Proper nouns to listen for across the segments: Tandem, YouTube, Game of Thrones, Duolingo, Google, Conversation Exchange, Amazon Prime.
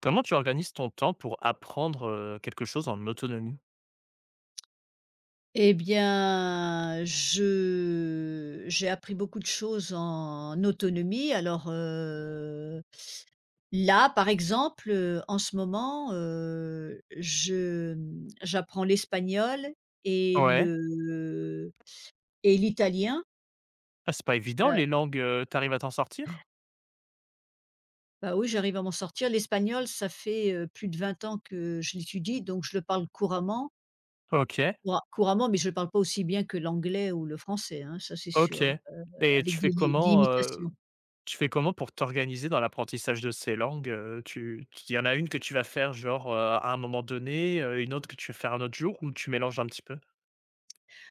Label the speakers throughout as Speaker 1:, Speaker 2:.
Speaker 1: Comment tu organises ton temps pour apprendre, quelque chose en autonomie?
Speaker 2: Eh bien, je j'ai appris beaucoup de choses en autonomie. Alors, là, par exemple, en ce moment, j'apprends l'espagnol et
Speaker 1: Ouais.
Speaker 2: le et l'italien.
Speaker 1: Ah, c'est pas évident
Speaker 2: Heu,
Speaker 1: les langues, tu à t'en sortir?
Speaker 2: oui, j'arrive à m'en sortir. L'espagnol, ça fait, plus de vingt ans que je l'étudie, donc je le parle couramment.
Speaker 1: OK,
Speaker 2: Couramment, mais je le parle pas aussi bien que l'anglais ou le français, hein, ça c'est
Speaker 1: OK
Speaker 2: sûr,
Speaker 1: et
Speaker 2: avec des imitations.
Speaker 1: tu fais comment pour t'organiser dans l'apprentissage de ces langues, tu il y en a une que tu vas faire genre, à un moment donné, une autre que tu vas faire un autre jour ou tu mélanges un petit peu?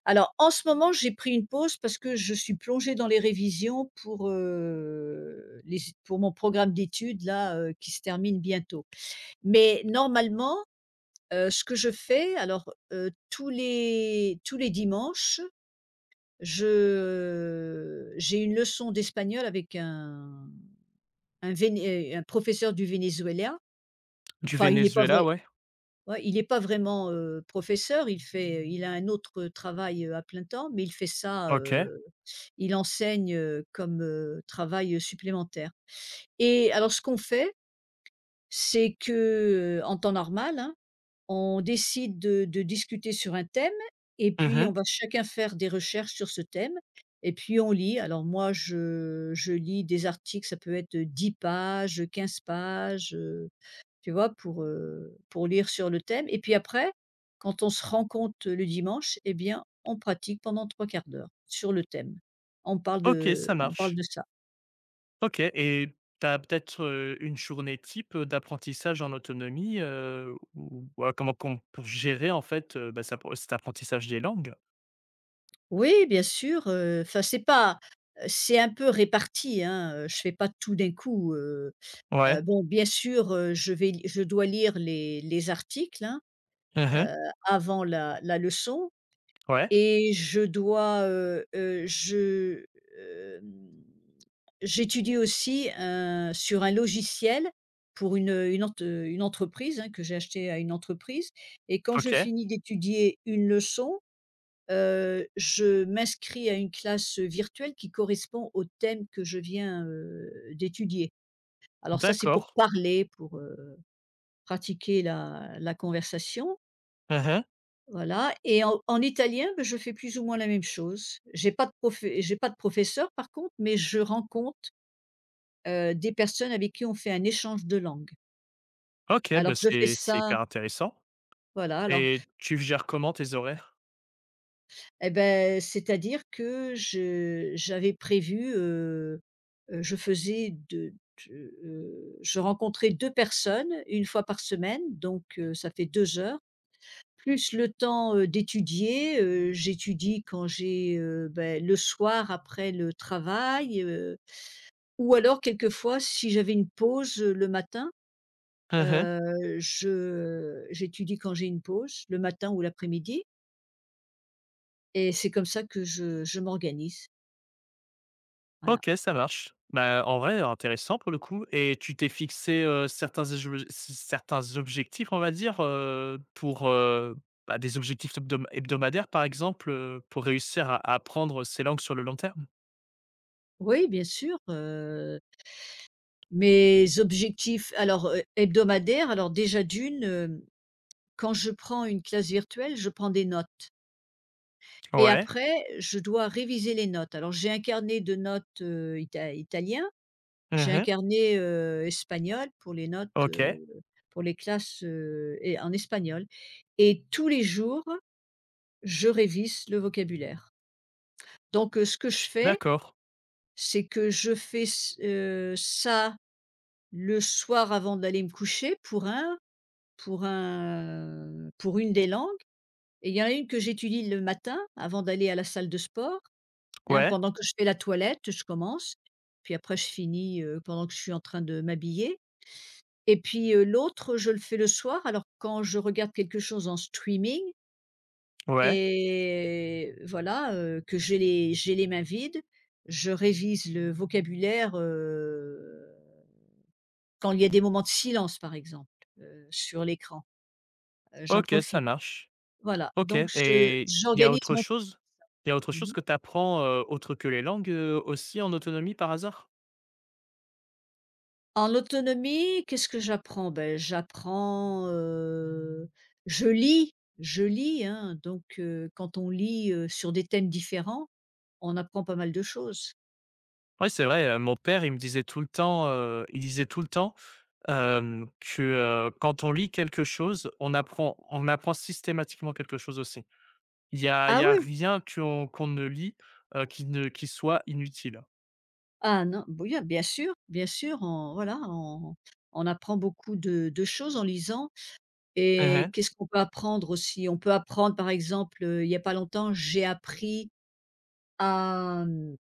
Speaker 2: Alors en ce moment, j'ai pris une pause parce que je suis plongée dans les révisions pour, les pour mon programme d'études là, qui se termine bientôt. Mais normalement, ce que je fais alors, tous les dimanches, je j'ai une leçon d'espagnol avec un professeur du Venezuela.
Speaker 1: Du
Speaker 2: Enfin, il n'est pas
Speaker 1: Venezuela,
Speaker 2: vrai
Speaker 1: ouais.
Speaker 2: Ouais, il n'est pas vraiment, professeur, il a un autre travail, à plein temps, mais il fait ça,
Speaker 1: OK.
Speaker 2: il enseigne, comme, travail, supplémentaire. Et alors ce qu'on fait, c'est que, en temps normal, hein, on décide de discuter sur un thème, et puis
Speaker 1: Mmh.
Speaker 2: on va chacun faire des recherches sur ce thème et puis on lit. Alors moi je lis des articles, ça peut être, 10 pages, 15 pages, tu vois? Pour lire sur le thème et puis après, quand on se rencontre le dimanche, et bien, on pratique pendant trois quarts d'heure sur le thème.
Speaker 1: OK, ça
Speaker 2: On parle
Speaker 1: marche.
Speaker 2: de ça.
Speaker 1: OK et tu as peut-être, une journée type, d'apprentissage en autonomie, ou ouais, comment qu'on pour gérer en fait, bah, cet apprentissage des langues?
Speaker 2: Oui, bien sûr, enfin c'est pas, c'est un peu réparti, hein, je fais pas tout d'un coup,
Speaker 1: Ouais.
Speaker 2: bon, bien sûr, je vais li je dois lire les articles, hein,
Speaker 1: Mmh.
Speaker 2: heu, avant la leçon.
Speaker 1: Ouais.
Speaker 2: Et je dois, je, hem j'étudie aussi, sur un logiciel pour une entreprise, hein, que j'ai acheté à une entreprise, et quand je
Speaker 1: OK.
Speaker 2: finis d'étudier une leçon, je m'inscris à une classe, virtuelle qui correspond au thème que je viens, d'étudier. Alors ça, c'est
Speaker 1: D'accord.
Speaker 2: pour parler, pour, pratiquer la conversation,
Speaker 1: Mmh.
Speaker 2: voilà. Et en en italien, beh, je fais plus ou moins la même chose. J'ai pas de professeur par contre, mais je rencontre des personnes avec qui on fait un échange de langue.
Speaker 1: OK, bah,
Speaker 2: Alors je fais
Speaker 1: c'est
Speaker 2: ça,
Speaker 1: hyper intéressant
Speaker 2: voilà, alors
Speaker 1: et tu gères comment tes horaires?
Speaker 2: eh ben, c'est-à-dire que je j'avais prévu, je faisais de, je rencontrais 2 personnes une fois par semaine, donc ça fait 2 heures, plus le temps, d'étudier, j'étudie quand j'ai, beh, le soir après le travail, ou alors quelquefois si j'avais une pause, le matin.
Speaker 1: Mmh.
Speaker 2: Je J'étudie quand j'ai une pause, le matin ou l'après-midi, et c'est comme ça que je m'organise, voilà.
Speaker 1: OK, ça marche. Bah, en vrai, intéressant pour le coup et tu t'es fixé, certains éjeu certains objectifs, on va dire, pour, bah, des objectifs hebdomadaires, par exemple, pour réussir à apprendre ces langues sur le long terme?
Speaker 2: Oui, bien sûr, mes objectifs alors, hebdomadaires, alors déjà d'une, quand je prends une classe virtuelle, je prends des notes, et
Speaker 1: Ouais.
Speaker 2: après je dois réviser les notes. Alors j'ai un carnet de notes, italien, j'ai un
Speaker 1: Mmh.
Speaker 2: carnet, espagnol pour les notes,
Speaker 1: OK.
Speaker 2: pour les classes, et en espagnol, et tous les jours je révise le vocabulaire. Donc ce que je fais,
Speaker 1: D'accord.
Speaker 2: c'est que je fais ç ça le soir avant d'aller me coucher pour un pour un pour une des langues, et il y en a une que j'étudie le matin avant d'aller à la salle de sport, hein.
Speaker 1: Ouais,
Speaker 2: Pendant que je fais la toilette, je commence, puis après je finis, pendant que je suis en train de m'habiller, et puis, l'autre, je le fais le soir. Alors quand je regarde quelque chose en streaming
Speaker 1: ouais.
Speaker 2: et voilà, que j'ai les mains vides, je révise le vocabulaire, quand il y a des moments de silence par exemple, sur l'écran, j'en
Speaker 1: OK, ça
Speaker 2: profite.
Speaker 1: marche.
Speaker 2: Voilà,
Speaker 1: OK
Speaker 2: donc je
Speaker 1: et il y a
Speaker 2: j'organise
Speaker 1: autre
Speaker 2: mon
Speaker 1: chose? Il y a autre chose
Speaker 2: mmh
Speaker 1: que tu apprends, autre que les langues, aussi en autonomie par hasard?
Speaker 2: En autonomie, qu'est-ce que j'apprends? Ben j'apprends, je lis, je lis, hein, donc quand on lit, sur des thèmes différents, on apprend pas mal de choses.
Speaker 1: Ouais, c'est vrai, mon père, il me disait tout le temps, il disait tout le temps hem, que, quand on lit quelque chose, on apprend systématiquement quelque chose aussi. Il
Speaker 2: Ah
Speaker 1: y a
Speaker 2: oui!
Speaker 1: rien qu'on qu'on ne lit, qui ne qui soit inutile.
Speaker 2: Ah non, bah oui, ah, bien sûr, on apprend beaucoup de choses en lisant. Et
Speaker 1: Mmh.
Speaker 2: qu'est-ce qu'on peut apprendre aussi? On peut apprendre, par exemple, il y a pas longtemps, j'ai appris à,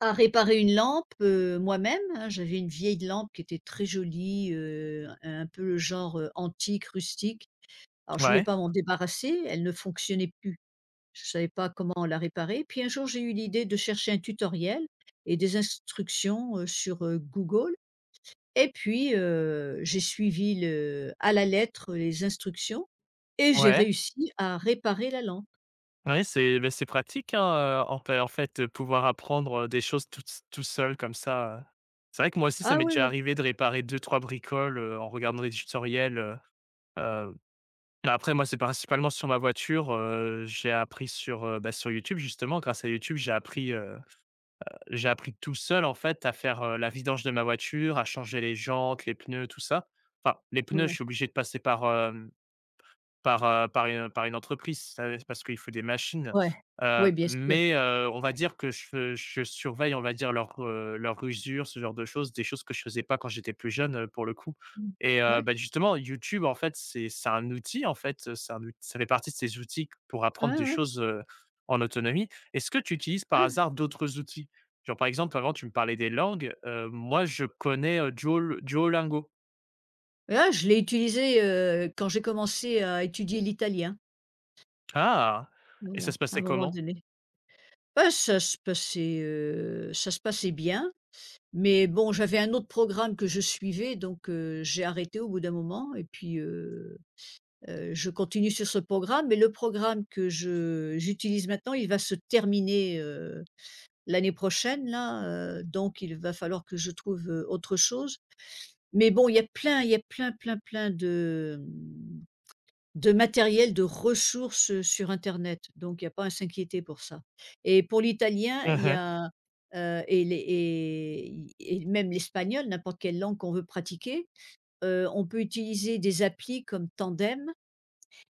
Speaker 2: à réparer une lampe, moi-même, hein. J'avais une vieille lampe qui était très jolie, un peu le genre, antique, rustique. Alors je voulais
Speaker 1: Ouais.
Speaker 2: pas m'en débarrasser, elle ne fonctionnait plus. Je savais pas comment la réparer. Puis un jour, j'ai eu l'idée de chercher un tutoriel et des instructions, sur, Google. Et puis, j'ai suivi le à la lettre les instructions, et j'ai
Speaker 1: Ouais,
Speaker 2: réussi à réparer la lampe.
Speaker 1: ouais, c'est beh, c'est pratique, hein, en fait, pouvoir apprendre, des choses tout s tout seul comme ça. C'est vrai que moi aussi, ça
Speaker 2: Ah
Speaker 1: m'est
Speaker 2: oui,
Speaker 1: déjà arrivé de réparer deux trois bricoles, en regardant des tutoriels, heu, après moi, c'est principalement sur ma voiture, j'ai appris sur, bah, sur YouTube justement. Grâce à YouTube, j'ai appris tout seul, en fait, à faire, la vidange de ma voiture, à changer les jantes, les pneus, tout ça. Enfin, les
Speaker 2: oui,
Speaker 1: pneus, je
Speaker 2: ouais,
Speaker 1: suis obligé de passer par, par, par une entreprise, ça c'est parce qu'il faut des machines,
Speaker 2: ouais, ouais, bien sûr.
Speaker 1: mais on va dire que je surveille, on va dire, leur, leur usure, ce genre de choses, des choses que je faisais pas quand j'étais plus jeune, pour le coup
Speaker 2: Mmh.
Speaker 1: et
Speaker 2: Ouais,
Speaker 1: bah, justement, YouTube, en fait, c'est un outil, en fait, c'est un out ça fait partie de ces outils pour
Speaker 2: ouais,
Speaker 1: apprendre des
Speaker 2: ouais,
Speaker 1: choses, en autonomie. Est-ce que tu utilises par
Speaker 2: ouais.
Speaker 1: hasard d'autres outils? Genre, par exemple, avant, tu me parlais des langues, moi, je connais, Duol Duolingo.
Speaker 2: Ah, je l'ai utilisé, quand j'ai commencé à étudier l'italien,
Speaker 1: Ah! Et ça
Speaker 2: voilà,
Speaker 1: se
Speaker 2: à un
Speaker 1: passait
Speaker 2: moment
Speaker 1: comment?
Speaker 2: donné. Bah, ça se passait bien, mais bon, j'avais un autre programme que je suivais donc, j'ai arrêté au bout d'un moment et puis, je continue sur ce programme, mais le programme que je j'utilise maintenant, il va se terminer, l'année prochaine là, donc il va falloir que je trouve, autre chose. Mais bon, il y a plein, plein, plein de, de matériel, de ressources, sur internet, donc il y a pas à s'inquiéter pour ça. Et pour l'italien, il y a, et les et même l'espagnol, n'importe quelle langue qu'on veut pratiquer, on peut utiliser des applis comme Tandem,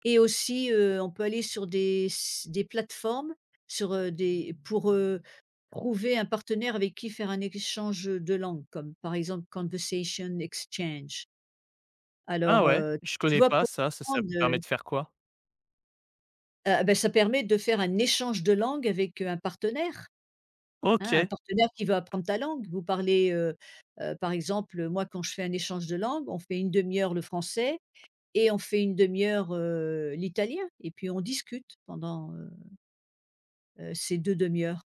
Speaker 2: et aussi, on peut aller sur des plateformes, sur, des pour, trouver un partenaire avec qui faire un échange, de langue, comme par exemple Conversation Exchange.
Speaker 1: Ah
Speaker 2: Alors,
Speaker 1: ouais? Je
Speaker 2: tu
Speaker 1: connais
Speaker 2: vois
Speaker 1: pas
Speaker 2: pour
Speaker 1: ça. Ça ça
Speaker 2: prendre,
Speaker 1: permet de faire quoi?
Speaker 2: ah bah, ça permet de faire un échange de langue avec, un partenaire, hein, un
Speaker 1: OK,
Speaker 2: partenaire qui veut apprendre ta langue. Vous parlez, par exemple, moi quand je fais un échange de langue, on fait une demi heure le français et on fait une demi heure, l'italien, et puis on discute pendant, c'est 2 demi-heures.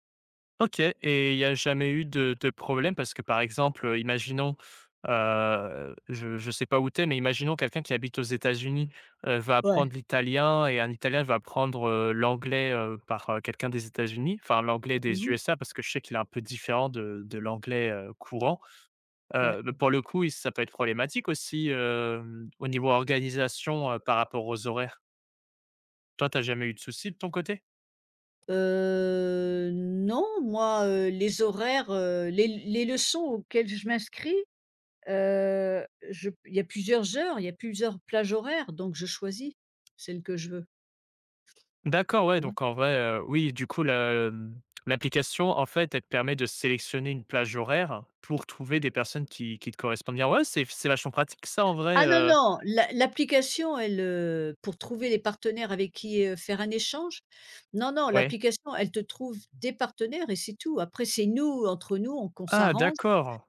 Speaker 1: OK et il y a jamais eu de problème? Parce que, par exemple, imaginons, je sais pas où tu es, mais imaginons quelqu'un qui habite aux États-Unis, va
Speaker 2: Ouais.
Speaker 1: apprendre l'italien et un Italien va apprendre, l'anglais, par, quelqu'un des États-Unis, enfin l'anglais des
Speaker 2: Mmh,
Speaker 1: USA parce que je sais qu'il est un peu différent de l'anglais, courant.
Speaker 2: ouais.
Speaker 1: Mais pour le coup, il ça peut être problématique aussi, hem, au niveau organisation, par rapport aux horaires? Toi, t'as jamais eu de soucis de ton côté?
Speaker 2: Non, moi, les leçons auxquelles je m'inscris, je il y a plusieurs heures, il y a plusieurs plages horaires, donc je choisis celle que je veux,
Speaker 1: D'accord, ouais,
Speaker 2: tu vois?
Speaker 1: donc en vrai, oui, du coup, la, mmh, l'application, en fait, elle te permet de sélectionner une plage horaire pour trouver des personnes qui te correspondent bien. Ouais, c'est vachement pratique ça en vrai,
Speaker 2: Ah non, non, l'application elle, pour trouver les partenaires avec qui, faire un échange, non, non,
Speaker 1: ouais.
Speaker 2: l'application elle te trouve des partenaires et c'est tout. Après c'est nous, entre nous on qu'on
Speaker 1: Ah
Speaker 2: s'arrange
Speaker 1: d'accord!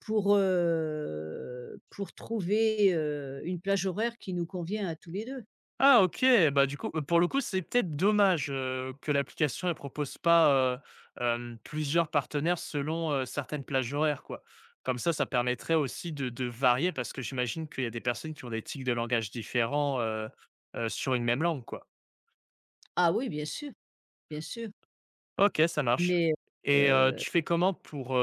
Speaker 2: pour, pour trouver, une plage horaire qui nous convient à tous les deux.
Speaker 1: Ah OK, bah, du coup, pour le coup, c'est peut-être dommage, que l'application ne propose pas, hem, plusieurs partenaires selon, certaines plages horaires, quoi. Comme ça permettrait aussi de varier parce que j'imagine qu'il y a des personnes qui ont des tics de langage différents, sur une même langue, quoi.
Speaker 2: Ah oui, bien sûr,
Speaker 1: OK, ça marche
Speaker 2: mais,
Speaker 1: et
Speaker 2: heu,
Speaker 1: tu fais comment pour,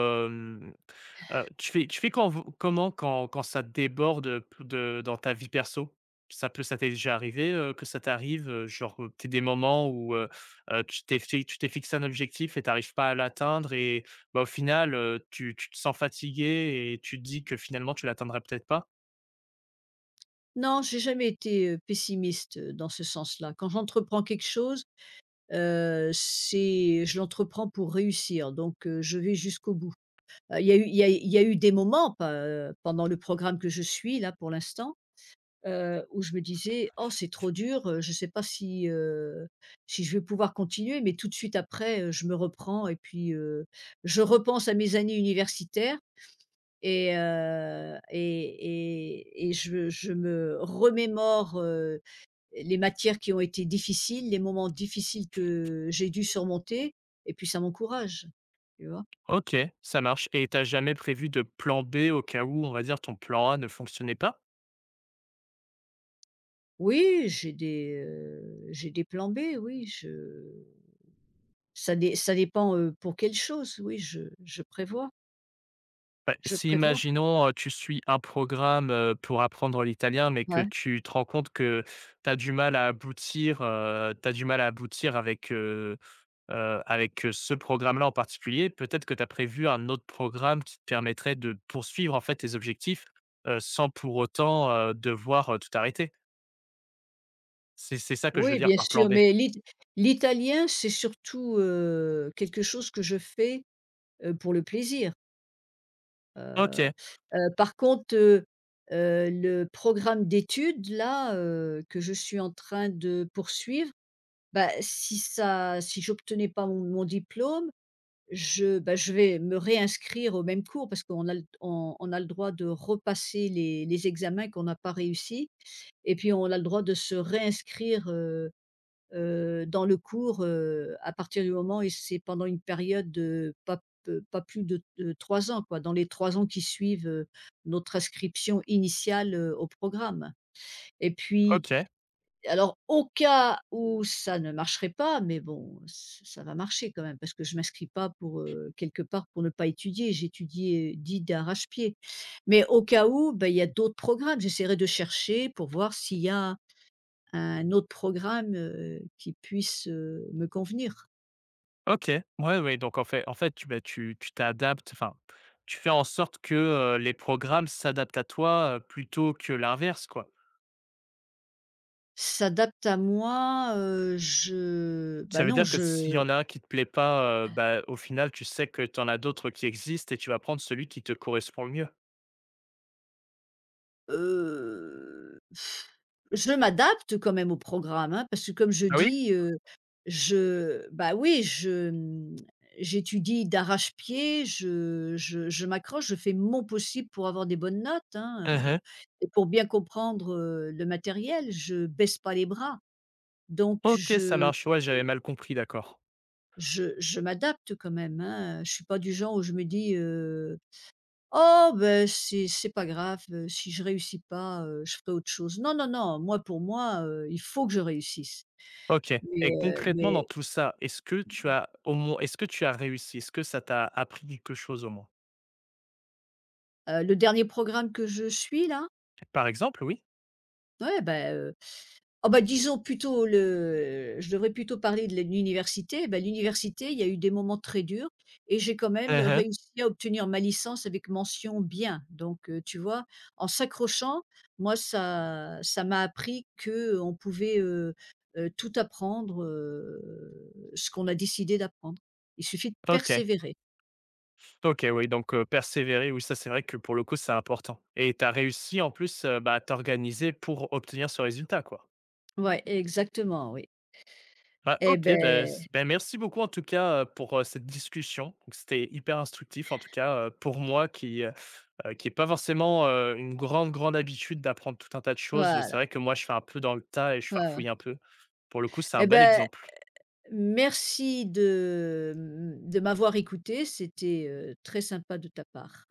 Speaker 1: heu, tu fais quand comment quand quand ça déborde, p de dans ta vie perso? Ça peut ça t'est déjà arrivé, que ça t'arrive, genre, tu des moments où, tu t'es fi tu t'es fixé un objectif et t'arrives pas à l'atteindre et bah, au final, tu tu te sens fatigué et tu te dis que finalement tu l'atteindrais peut-être pas?
Speaker 2: non, j'ai jamais été, pessimiste, dans ce sens-là. Quand j'entreprends quelque chose, c'est je l'entreprends pour réussir, donc, je vais jusqu'au bout. Il y a eu des moments, pas, pendant le programme que je suis là pour l'instant, où je me disais: «Oh c'est trop dur, je ne sais pas si, si je vais pouvoir continuer». Mais tout de suite après, je me reprends et puis, je repense à mes années universitaires, et je me remémore, les matières qui ont été difficiles, les moments difficiles que j'ai dû surmonter, et puis ça m'encourage, tu vois?
Speaker 1: OK, ça marche et t'as jamais prévu de plan B au cas où, on va dire, ton plan A ne fonctionnait pas?
Speaker 2: Oui, j'ai des plans B, oui, je Ça dé ça dépend, pour quelle chose, oui, je prévois,
Speaker 1: Bah,
Speaker 2: je
Speaker 1: si
Speaker 2: prévois.
Speaker 1: imaginons, tu suis un programme, pour apprendre l'italien, mais que
Speaker 2: Ouais.
Speaker 1: tu te rends compte que tu as du mal à aboutir, tu du mal à aboutir avec, avec, ce programme-là en particulier, peut-être que tu as prévu un autre programme qui te permettrait de poursuivre, en fait, tes objectifs, sans pour autant, devoir, tout arrêter? C'est ça que je veux
Speaker 2: Oui,
Speaker 1: dire
Speaker 2: bien
Speaker 1: par plan
Speaker 2: sûr,
Speaker 1: B.
Speaker 2: mais l'italien, c'est surtout, quelque chose que je fais, pour le plaisir.
Speaker 1: OK,
Speaker 2: Par contre, le programme d'études là, que je suis en train de poursuivre, bah, si j'obtenais pas mon diplôme, bah, je vais me réinscrire au même cours parce qu'on a le on a le droit de repasser les examens qu'on n'a pas réussi. Et puis on a le droit de se réinscrire, dans le cours, à partir du moment, et c'est pendant une période de pas plus de 3 ans, quoi, dans les 3 ans qui suivent, notre inscription initiale, au programme. Et puis
Speaker 1: OK,
Speaker 2: alors au cas où ça ne marcherait pas, mais bon, ç ça va marcher quand même parce que je m'inscris pas pour, quelque part pour ne pas étudier, j'étudie, dit d'arrache-pied, mais au cas où, ben il y a d'autres programmes, j'essaierai de chercher pour voir s'il y a un autre programme, qui puisse, me convenir.
Speaker 1: OK. Ouais, ouais, donc en fait, tu, bah, tu tu t'adaptes, enfin, tu fais en sorte que, les programmes s'adaptent à toi, plutôt que l'inverse, quoi.
Speaker 2: S'adapte à moi,
Speaker 1: Ça veut
Speaker 2: non,
Speaker 1: dire que s'il y en a un qui te plaît pas, bah, au final, tu sais que tu en as d'autres qui existent et tu vas prendre celui qui te correspond le mieux.
Speaker 2: heu, je m'adapte quand même au programme, hein, parce que comme je
Speaker 1: Ah oui?
Speaker 2: dis, oui, j'étudie d'arrache-pied, je m'accroche, je fais mon possible pour avoir des bonnes notes, hein,
Speaker 1: Mmh mh.
Speaker 2: et pour bien comprendre, le matériel, je baisse pas les bras. Donc
Speaker 1: OK, ça
Speaker 2: je
Speaker 1: marche. Ouais, j'avais mal compris, d'accord.
Speaker 2: Je m'adapte quand même, hein, je suis pas du genre où je me dis, «Oh ben c'est pas grave, si je réussis pas, je ferai autre chose». Non, non, non, moi pour moi, il faut que je réussisse.
Speaker 1: OK
Speaker 2: Mais
Speaker 1: et
Speaker 2: heu,
Speaker 1: concrètement dans
Speaker 2: mais
Speaker 1: tout ça, est-ce que tu as au moins est-ce que tu as réussi? Est-ce que ça t'a appris quelque chose au moins?
Speaker 2: le dernier programme que je suis là,
Speaker 1: Par exemple, oui.
Speaker 2: ouais, bah, oh, bah, disons plutôt le je devrais plutôt parler de l'université. Bah, l'université, il y a eu des moments très durs, et j'ai quand même
Speaker 1: Mmh.
Speaker 2: réussi à obtenir ma licence avec mention bien. Donc, tu vois? En s'accrochant, moi, ça m'a appris que on pouvait, tout apprendre, ce qu'on a décidé d'apprendre. Il suffit de
Speaker 1: OK.
Speaker 2: persévérer.
Speaker 1: OK, oui, donc persévérer, oui, ça, c'est vrai que pour le coup, c'est important et tu as réussi en plus, bah, à t'organiser pour obtenir ce résultat, quoi.
Speaker 2: Ouais, exactement, oui.
Speaker 1: Bah,
Speaker 2: Et
Speaker 1: OK, ben
Speaker 2: ben
Speaker 1: c beh, merci beaucoup en tout cas, pour, cette discussion. Donc c'était hyper instructif en tout cas, pour moi qui est pas forcément, une grande, grande habitude d'apprendre tout un tas de choses. C'est
Speaker 2: voilà,
Speaker 1: vrai que moi, je fais un peu dans le tas et je
Speaker 2: ouais, ouais.
Speaker 1: farfouille un peu. Pour le coup, c'est un
Speaker 2: Et
Speaker 1: bel
Speaker 2: ben
Speaker 1: exemple.
Speaker 2: merci de, de m'avoir écouté. C'était, très sympa de ta part.